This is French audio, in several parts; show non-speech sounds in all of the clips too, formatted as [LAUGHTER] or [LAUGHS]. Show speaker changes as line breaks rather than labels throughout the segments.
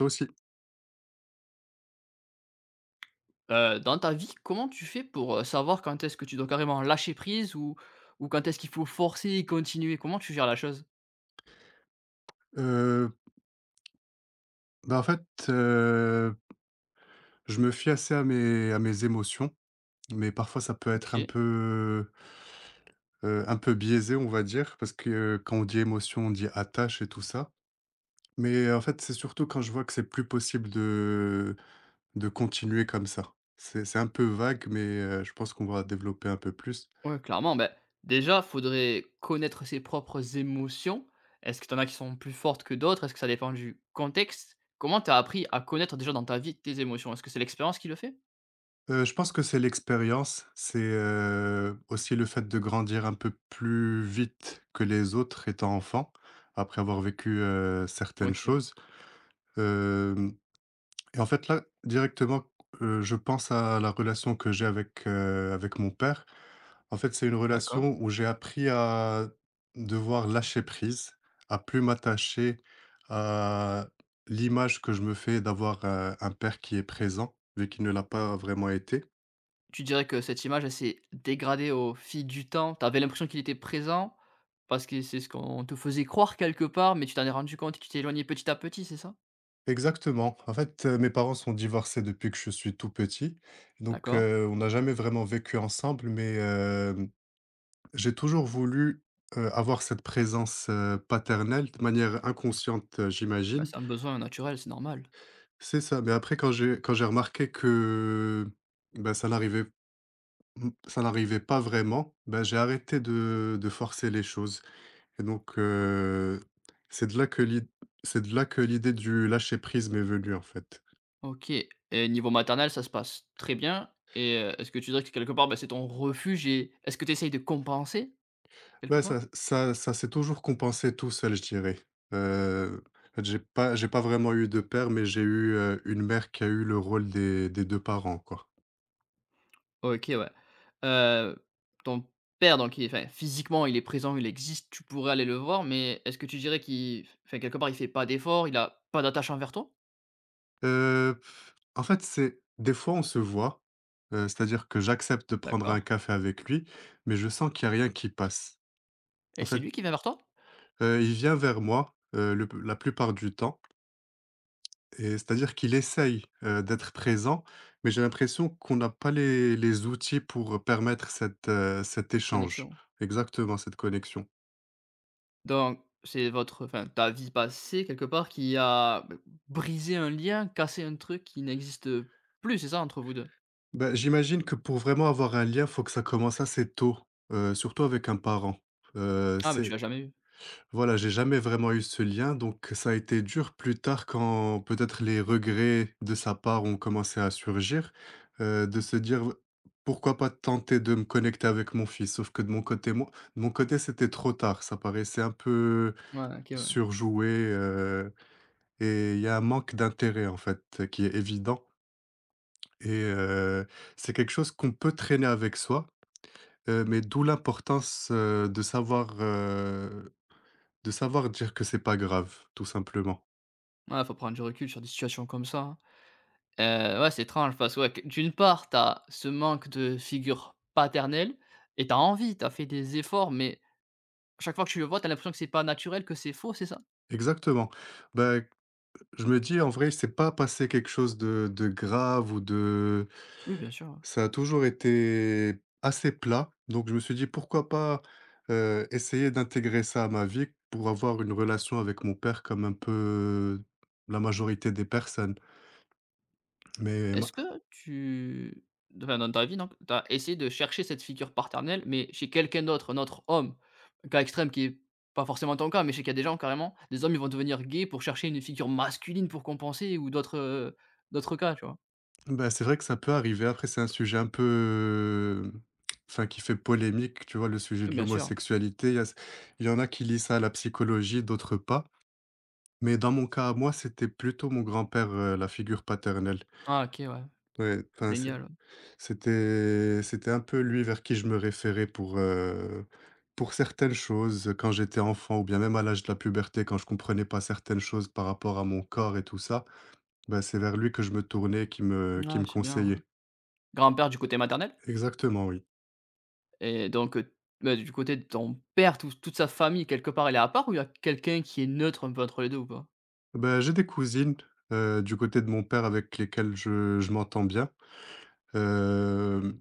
Toi aussi.
Dans ta vie, comment tu fais pour, savoir quand est-ce que tu dois carrément lâcher prise ou quand est-ce qu'il faut forcer et continuer? Comment tu gères la chose?
Heu, bah, en fait, je me fie assez à mes émotions, mais parfois ça peut être un
OK,
peu, heu, un peu biaisé, on va dire, parce que quand on dit émotion, on dit attache et tout ça. Mais, en fait, c'est surtout quand je vois que c'est plus possible de continuer comme ça. C'est un peu vague, mais je pense qu'on va développer un peu plus.
ouais, clairement. Ben déjà, faudrait connaître ses propres émotions. Est-ce que tu en as qui sont plus fortes que d'autres? Est-ce que ça dépend du contexte? Comment tu as appris à connaître déjà dans ta vie tes émotions? Est-ce que c'est l'expérience qui le fait?
Je pense que c'est l'expérience, c'est, aussi le fait de grandir un peu plus vite que les autres étant enfant, après avoir vécu, certaines
OK, ouais,
choses. Hem Et en fait, là, directement, je pense à la relation que j'ai avec mon père. En fait, c'est une
d'accord.
relation où j'ai appris à devoir lâcher prise, à plus m'attacher à l'image que je me fais d'avoir, un père qui est présent, vu qu'il ne l'a pas vraiment été.
Tu dirais que cette image, elle s'est dégradée au fil du temps? Tu avais l'impression qu'il était présent, parce que c'est ce qu'on te faisait croire quelque part, mais tu t'en es rendu compte et tu t'es éloigné petit à petit, c'est ça?
Exactement. En fait, mes parents sont divorcés depuis que je suis tout petit. Donc,
D'accord.
on n'a jamais vraiment vécu ensemble, mais, j'ai toujours voulu, avoir cette présence, paternelle de manière inconsciente,
Bah,
j'imagine.
c'est un besoin naturel, c'est normal.
C'est ça, mais après quand j'ai remarqué que, ben ça n'arrivait pas vraiment, ben j'ai arrêté de forcer les choses et donc, c'est de là que l'id c'est de là que l'idée du lâcher prise m'est venue, en fait.
OK, et niveau maternel, ça se passe très bien et est-ce que tu dirais que quelque part, bah, c'est ton refuge et est-ce que tu essayes de compenser, quelque
Bah, ça
part?
ça ça s'est toujours compensé tout seul, je dirais. Heu, j'ai pas vraiment eu de père, mais j'ai eu, une mère qui a eu le rôle des deux parents, quoi.
OK, ouais. Heu, Ton père donc il enfin, physiquement, il est présent, il existe, tu pourrais aller le voir, mais est-ce que tu dirais qu'il enfin, quelque part, il fait pas d'effort, il a pas d'attache envers toi?
Heu, En fait, c'est des fois, on se voit, c'est-à-dire que j'accepte de prendre
D'accord,
un café avec lui, mais je sens qu'il y a rien qui passe.
et
En
c'est
fait,
lui qui vient vers toi?
il vient vers moi, le la plupart du temps et c'est-à-dire qu'il essaye, d'être présent, mais j'ai l'impression qu'on n'a pas les outils pour, permettre cet échange.
Connexion.
Exactement, cette connexion.
Donc c'est votre enfin ta vie passée quelque part qui a b brisé un lien, cassé un truc qui n'existe plus, c'est ça entre vous deux.
Ben, j'imagine que pour vraiment avoir un lien, faut que ça commence assez tôt, surtout avec un parent.
Ah bah tu
C'est
l'as jamais eu?
Voilà, j'ai jamais vraiment eu ce lien, donc ça a été dur plus tard quand peut-être les regrets de sa part ont commencé à surgir, de se dire: «Pourquoi pas tenter de me connecter avec mon fils?» sauf que de mon côté moi de mon côté, c'était trop tard, ça paraissait un peu
Ouais, OK, ouais.
surjoué, et il y a un manque d'intérêt, en fait, qui est évident et c'est quelque chose qu'on peut traîner avec soi, mais d'où l'importance, de savoir dire que c'est pas grave, tout simplement.
Ouais, faut prendre du recul sur des situations comme ça, hein. Ouais, c'est étrange parce que ouais, q d'une part, t'as ce manque de figure paternelle et t'as envie, t'as fait des efforts mais à chaque fois que tu le vois, t'as l'impression que c'est pas naturel, que c'est faux, c'est ça?
Exactement. Bah, je me dis en vrai, c'est pas passé quelque chose de grave ou de
Oui, bien sûr, ouais.
Ça a toujours été assez plat, donc je me suis dit: «Pourquoi pas, essayer d'intégrer ça à ma vie pour avoir une relation avec mon père comme un peu la majorité des personnes». Mais ma
Est-ce que tu enfin, dans ta vie, donc, tu as essayé de chercher cette figure paternelle, mais chez quelqu'un d'autre, un autre homme? Un cas extrême qui est pas forcément ton cas, mais je sais qu'il y a des gens carrément, des hommes, ils vont devenir gays pour chercher une figure masculine pour compenser ou d'autres, d'autres cas, tu vois?
bah, c'est vrai que ça peut arriver. Après, c'est un sujet un peu, enfin, qui fait polémique, tu vois? Le sujet
Oui,
de
bien sûr.
l'homosexualité. Il y en a qui lient ça à la psychologie, d'autres pas. Mais dans mon cas à moi, c'était plutôt mon grand-père, la figure paternelle.
Ah OK, ouais,
Ouais, enfin, c'est
génial, ouais.
C'était c'était un peu lui vers qui je me référais pour certaines choses quand j'étais enfant ou bien même à l'âge de la puberté quand je comprenais pas certaines choses par rapport à mon corps et tout ça, ben c'est vers lui que je me tournais qui me qui
Ouais,
me
c'est bien, ouais.
conseillait.
Grand-père du côté maternel.
Exactement, oui.
Et donc, bah, du côté de ton père, toute sa famille quelque part, elle est à part ou il y a quelqu'un qui est neutre un peu entre les 2 ou pas?
Ben j'ai des cousines, du côté de mon père avec lesquelles je m'entends bien, hem,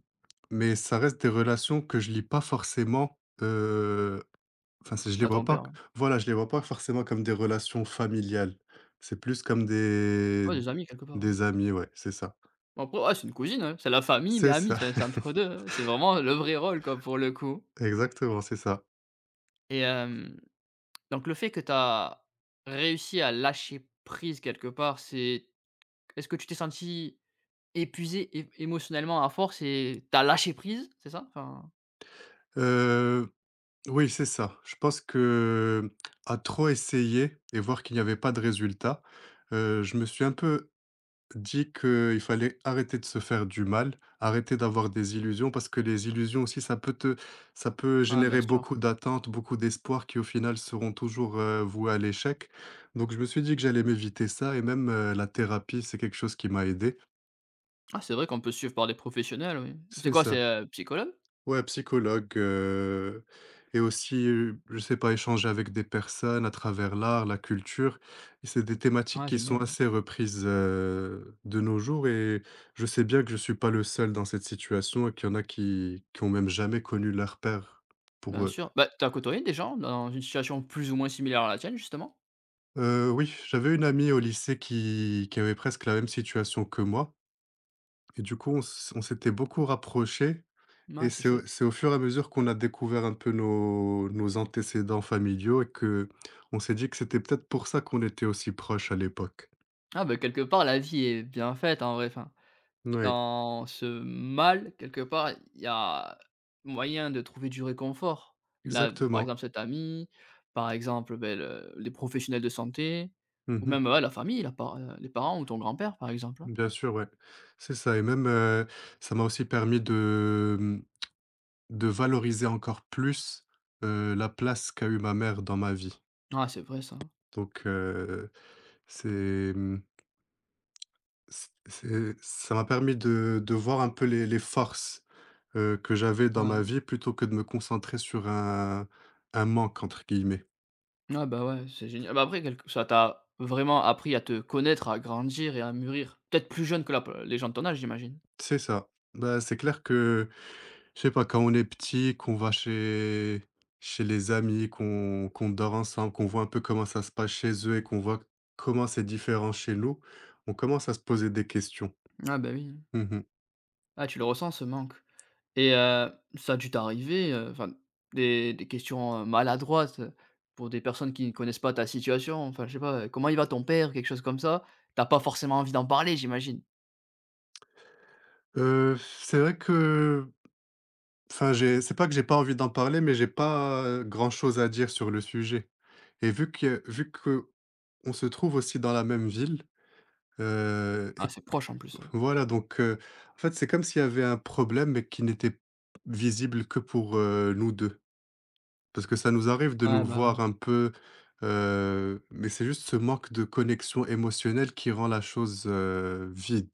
mais ça reste des relations que je lis pas forcément, enfin, c'est je les
Bah,
vois
ton
pas
père, ouais.
voilà, je les vois pas forcément comme des relations familiales. C'est plus comme des
Ouais, des amis quelque part, ouais.
des amis, ouais, c'est ça.
Bon après, ouais, c'est une cousine, hein, c'est la famille, mais
C'est
amie,
ça.
c'est entre 2 hein, c'est vraiment le vrai rôle quoi, pour le coup.
[LAUGHS] Exactement, c'est ça.
Et hem, donc le fait que tu as réussi à lâcher prise quelque part, c'est est-ce que tu t'es sentie épuisée é émotionnellement à force et t'as lâché prise, c'est ça? Enfin
Heu Oui, c'est ça. Je pense que à trop essayer et voir qu'il n'y avait pas de résultat, je me suis un peu dit qu'il fallait arrêter de se faire du mal, arrêter d'avoir des illusions parce que les illusions aussi, ça peut
ouais, bien
générer
sûr.
beaucoup d'attentes, beaucoup d'espoirs qui, au final, seront toujours, voués à l'échec. Donc je me suis dit que j'allais m'éviter ça et même, la thérapie, c'est quelque chose qui m'a aidé.
Ah c'est vrai qu'on peut suivre par des professionnels, oui. C'est
C'est
quoi, c'est,
ça.
psychologue?
Ouais, psychologue, et aussi, je sais pas, échanger avec des personnes à travers l'art, la culture et c'est des thématiques
Ah
qui sont
génial, ouais.
assez reprises, de nos jours et je sais bien que je suis pas le seul dans cette situation et qu'il y en a qui ont même jamais connu leur père pour
Bien
eux.
sûr. Bah, t'as côtoyé des gens dans une situation plus ou moins similaire à la tienne, justement?
Oui, j'avais une amie au lycée qui avait presque la même situation que moi et du coup on s'était beaucoup rapprochés. Et
Mouais, c'est
c'est
chouette.
au c'est au fur et à mesure qu'on a découvert un peu nos antécédents familiaux et que on s'est dit que c'était peut-être pour ça qu'on était aussi proches à l'époque.
Ah bah, quelque part la vie est bien faite en vrai, enfin.
Oui,
Dans ce mal, quelque part, il y a moyen de trouver du réconfort. Là, par
exactement.
exemple, cet ami, par exemple, beh, le les professionnels de santé ou
Mmh
même, ouais, la famille, la par les parents ou ton grand-père, par exemple, hein.
Bien sûr, ouais. C'est ça et même, ça m'a aussi permis de valoriser encore plus, la place qu'a eu ma mère dans ma vie.
Ah, c'est vrai ça.
Donc, c'est, mmh, c'est ça m'a permis de voir un peu les forces que j'avais dans
Ouais.
ma vie plutôt que de me concentrer sur un «manque» entre guillemets.
Ah bah, ouais, c'est génial. Bah, après quelque ça t'a vraiment appris à te connaître, à grandir et à mûrir. Peut-être plus jeune que la les gens de ton âge, j'imagine?
C'est ça. Bah, c'est clair que, je sais pas, quand on est petit, qu'on va chez les amis, qu'on dort ensemble, qu'on voit un peu comment ça se passe chez eux et qu'on voit comment c'est différent chez nous, on commence à se poser des questions.
Ah, bah, oui.
Mmh mh.
Ah, tu le ressens ce manque et ça a dû t'arriver, enfin des questions, maladroites, pour des personnes qui ne connaissent pas ta situation, enfin je sais pas, «Comment il va ton père?» quelque chose comme ça. T'as pas forcément envie d'en parler j'imagine?
C'est vrai que enfin, j'ai c'est pas que j'ai pas envie d'en parler, mais j'ai pas, grand-chose à dire sur le sujet et vu que on se trouve aussi dans la même ville. Heu
Ah,
et
c'est proche en plus, ouais.
voilà donc en fait, c'est comme s'il y avait un problème, mais qui n'était visible que pour, nous 2, parce que ça nous arrive de nous
Ouais, bah, ouais,
voir un peu, mais c'est juste ce manque de connexion émotionnelle qui rend la chose, vide.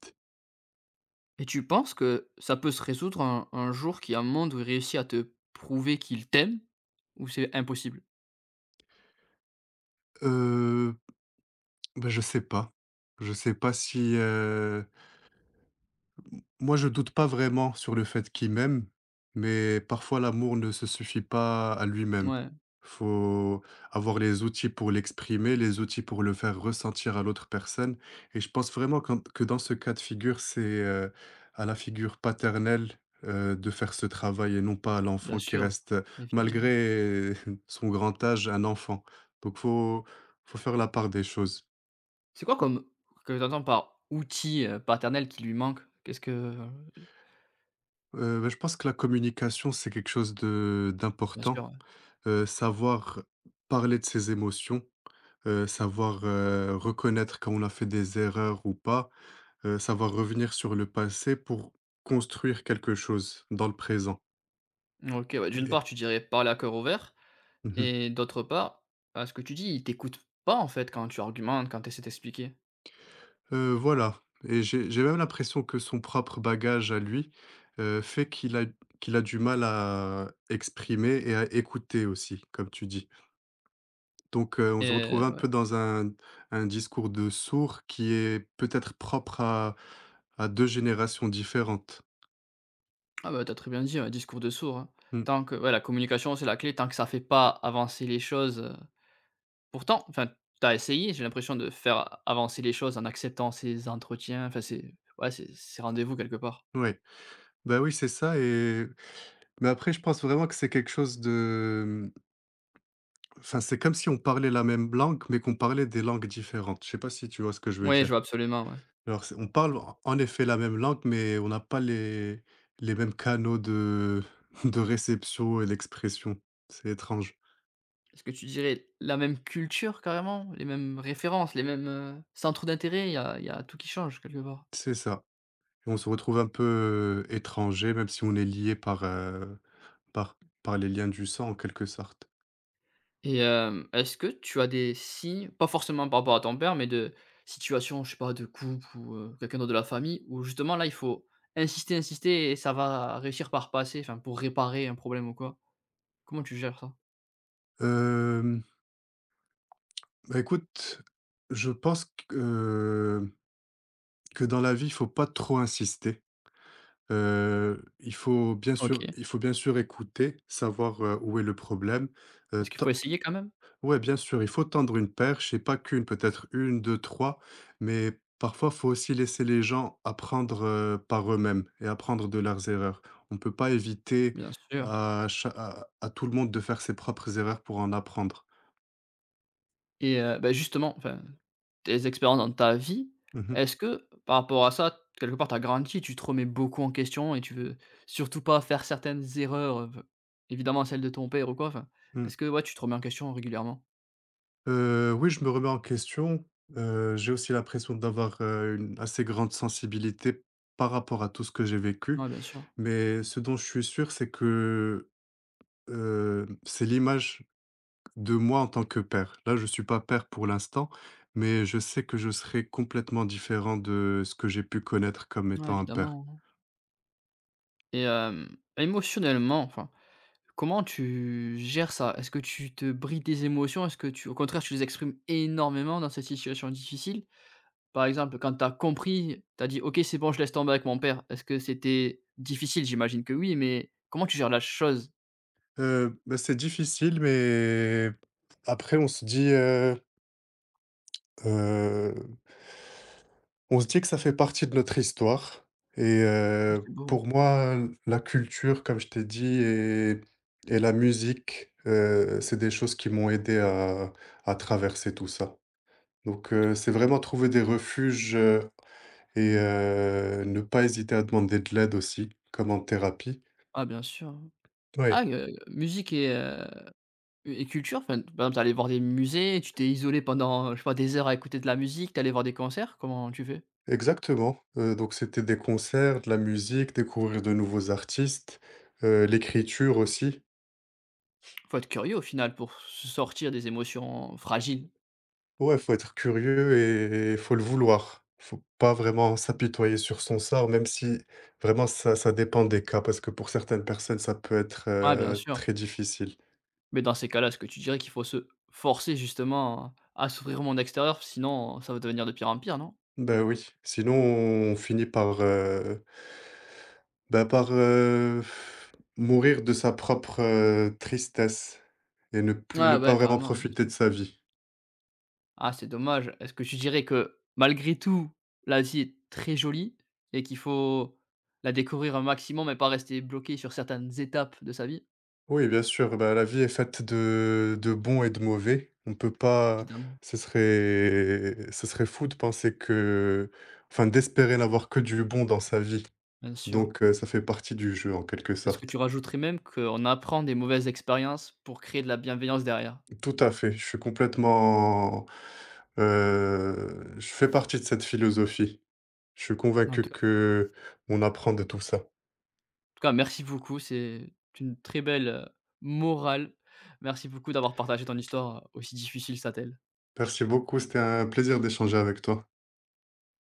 et tu penses que ça peut se résoudre un jour qu'il y a un monde où il réussit à te prouver qu'il t'aime ou c'est impossible?
Heu, bah, je sais pas. Je sais pas si, moi, je doute pas vraiment sur le fait qu'il m'aime, mais parfois l'amour ne se suffit pas à lui-même.
Ouais,
Faut avoir les outils pour l'exprimer, les outils pour le faire ressentir à l'autre personne et je pense vraiment qu'en que dans ce cas de figure, c'est, à la figure paternelle, de faire ce travail et non pas à
bien
l'enfant qui
sûr,
reste,
évidemment.
malgré [LAUGHS] son grand âge, un enfant. Donc faut faire la part des choses.
C'est quoi comme que tu entends par outil, paternel qui lui manque? Qu'est-ce que
Bah, je pense que la communication, c'est quelque chose de
bien
d'important.
sûr.
Savoir parler de ses émotions, savoir, reconnaître quand on a fait des erreurs ou pas, savoir revenir sur le passé pour construire quelque chose dans le présent
OK, ouais, d'une
et
part, tu dirais parler à cœur ouvert
mmh mh.
et d'autre part, à ce que tu dis, il t'écoute pas, en fait, quand tu argumentes, quand tu essaies d'expliquer
Voilà et j'ai même l'impression que son propre bagage à lui, fait qu'il a du mal à exprimer et à écouter aussi, comme tu dis. Donc, on se retrouve un
et
peu dans un discours de sourd qui est peut-être propre à deux générations différentes.
ah, bah, t'as très bien dit, ouais, discours de sourd, hein.
Mmh,
Tant que ouais, la communication, c'est la clé, tant que ça fait pas avancer les choses, pourtant, enfin, t'as essayé, j'ai l'impression de faire avancer les choses en acceptant ces entretiens, enfin, ces ouais, ces rendez-vous quelque part.
ouais. Bah, oui, c'est ça et mais après je pense vraiment que c'est quelque chose enfin, c'est comme si on parlait la même langue, mais qu'on parlait des langues différentes. Je sais pas si tu vois ce que je veux
Oui, je
dire?
vois absolument, ouais.
Alors c'est on parle en effet la même langue, mais on n'a pas les mêmes canaux de [LAUGHS] de réception et d'expression. C'est étrange.
Est-ce que tu dirais la même culture carrément? Les mêmes références, les mêmes, centres d'intérêt? Il y a tout qui change quelque part.
C'est ça. On se retrouve un peu, étrangers, même si on est liés par, par par les liens du sang en quelque sorte.
Et hem, est-ce que tu as des signes, pas forcément par rapport à ton père, mais de situation, je sais pas, de couple ou quelqu'un d'autre de la famille, où justement là, il faut insister, insister et ça va réussir par passer, enfin pour réparer un problème ou quoi? Comment tu gères ça?
Hem, bah, écoute, je pense que dans la vie, il faut pas trop insister. Il faut bien sûr
OK.
il faut bien sûr écouter, savoir, où est le problème,
Est-ce qu'il
tant
faut essayer quand même?
Ouais, bien sûr, il faut tendre une perche et pas qu'une, peut-être une, deux, trois, mais parfois, faut aussi laisser les gens apprendre par eux-mêmes et apprendre de leurs erreurs. On ne peut pas éviter
Bien sûr.
à tout le monde de faire ses propres erreurs pour en apprendre.
Et bah, justement, enfin, tes expériences dans ta vie,
Mhm,
est-ce que par rapport à ça, quelque part, tu as grandi, tu te remets beaucoup en question et tu veux surtout pas faire certaines erreurs, évidemment celles de ton père ou quoi, enfin,
mm.
est-ce que ouais, tu te remets en question régulièrement?
Oui, je me remets en question. J'ai aussi l'impression d'avoir une assez grande sensibilité par rapport à tout ce que j'ai vécu,
Ouais, bien sûr.
mais ce dont je suis sûr, c'est que c'est l'image de moi en tant que père. Là, je suis pas père pour l'instant, mais je sais que je serai complètement différent de ce que j'ai pu connaître comme
Ouais,
étant un père.
évidemment, hein. Et hem, émotionnellement, enfin, comment tu gères ça? Est-ce que tu te brides tes émotions? Est-ce que tu au contraire, tu les exprimes énormément dans cette situation difficile? Par exemple, quand tu as compris, tu as dit: «OK, c'est bon, je laisse tomber avec mon père». Est-ce que c'était difficile? J'imagine que oui, mais comment tu gères la chose?
Bah, c'est difficile, mais après heu, on se dit que ça fait partie de notre histoire et
Mmh, c'est beau, hein.
pour moi, la culture, comme je t'ai dit et la musique, c'est des choses qui m'ont aidé à traverser tout ça. Donc, c'est vraiment trouver des refuges, et ne pas hésiter à demander de l'aide aussi, comme en thérapie.
Ah, bien sûr, hein.
Oui.
Ah, musique et culture, enfin, par exemple, tu allé voir des musées, tu t'es isolé pendant, je sais pas, des heures à écouter de la musique, t'es allé voir des concerts, comment tu fais?
Exactement, donc c'était des concerts, de la musique, découvrir de nouveaux artistes, l'écriture aussi.
Faut être curieux au final pour se sortir des émotions fragiles.
Ouais, faut être curieux et faut le vouloir. Faut pas vraiment s'apitoyer sur son sort, même si vraiment ça dépend des cas, parce que pour certaines personnes, ça peut être,
Ouais, bien sûr.
très difficile.
Mais dans ces cas-là, est-ce que tu dirais qu'il faut se forcer justement à s'ouvrir au monde extérieur? Sinon, ça va devenir de pire en pire, non?
Ben oui, sinon on finit par, bah, mourir de sa propre, tristesse et ne plus
Ouais,
ne pas
ouais,
vraiment
carrément, bien
profiter
sûr.
de sa vie.
Ah, c'est dommage. Est-ce que tu dirais que malgré tout, l'Asie est très jolie et qu'il faut la découvrir un maximum et pas rester bloqué sur certaines étapes de sa vie?
Oui, bien sûr, bah, la vie est faite de bons et de mauvais. On peut pas
Évidemment,
ce serait ce serait fou de penser que enfin, d'espérer n'avoir que du bon dans sa vie.
bien sûr.
Donc ça fait partie du jeu, en quelque
Est-ce que
sorte.
tu rajouterais même qu'on apprend des mauvaises expériences pour créer de la bienveillance derrière?
Tout à fait, je fais partie de cette philosophie. Je suis convaincu que on apprend de tout ça.
Tout cas, merci beaucoup. C'est une très belle, morale. Merci beaucoup d'avoir partagé ton histoire, aussi difficile soit-elle.
Merci beaucoup, c'était un plaisir d'échanger avec toi.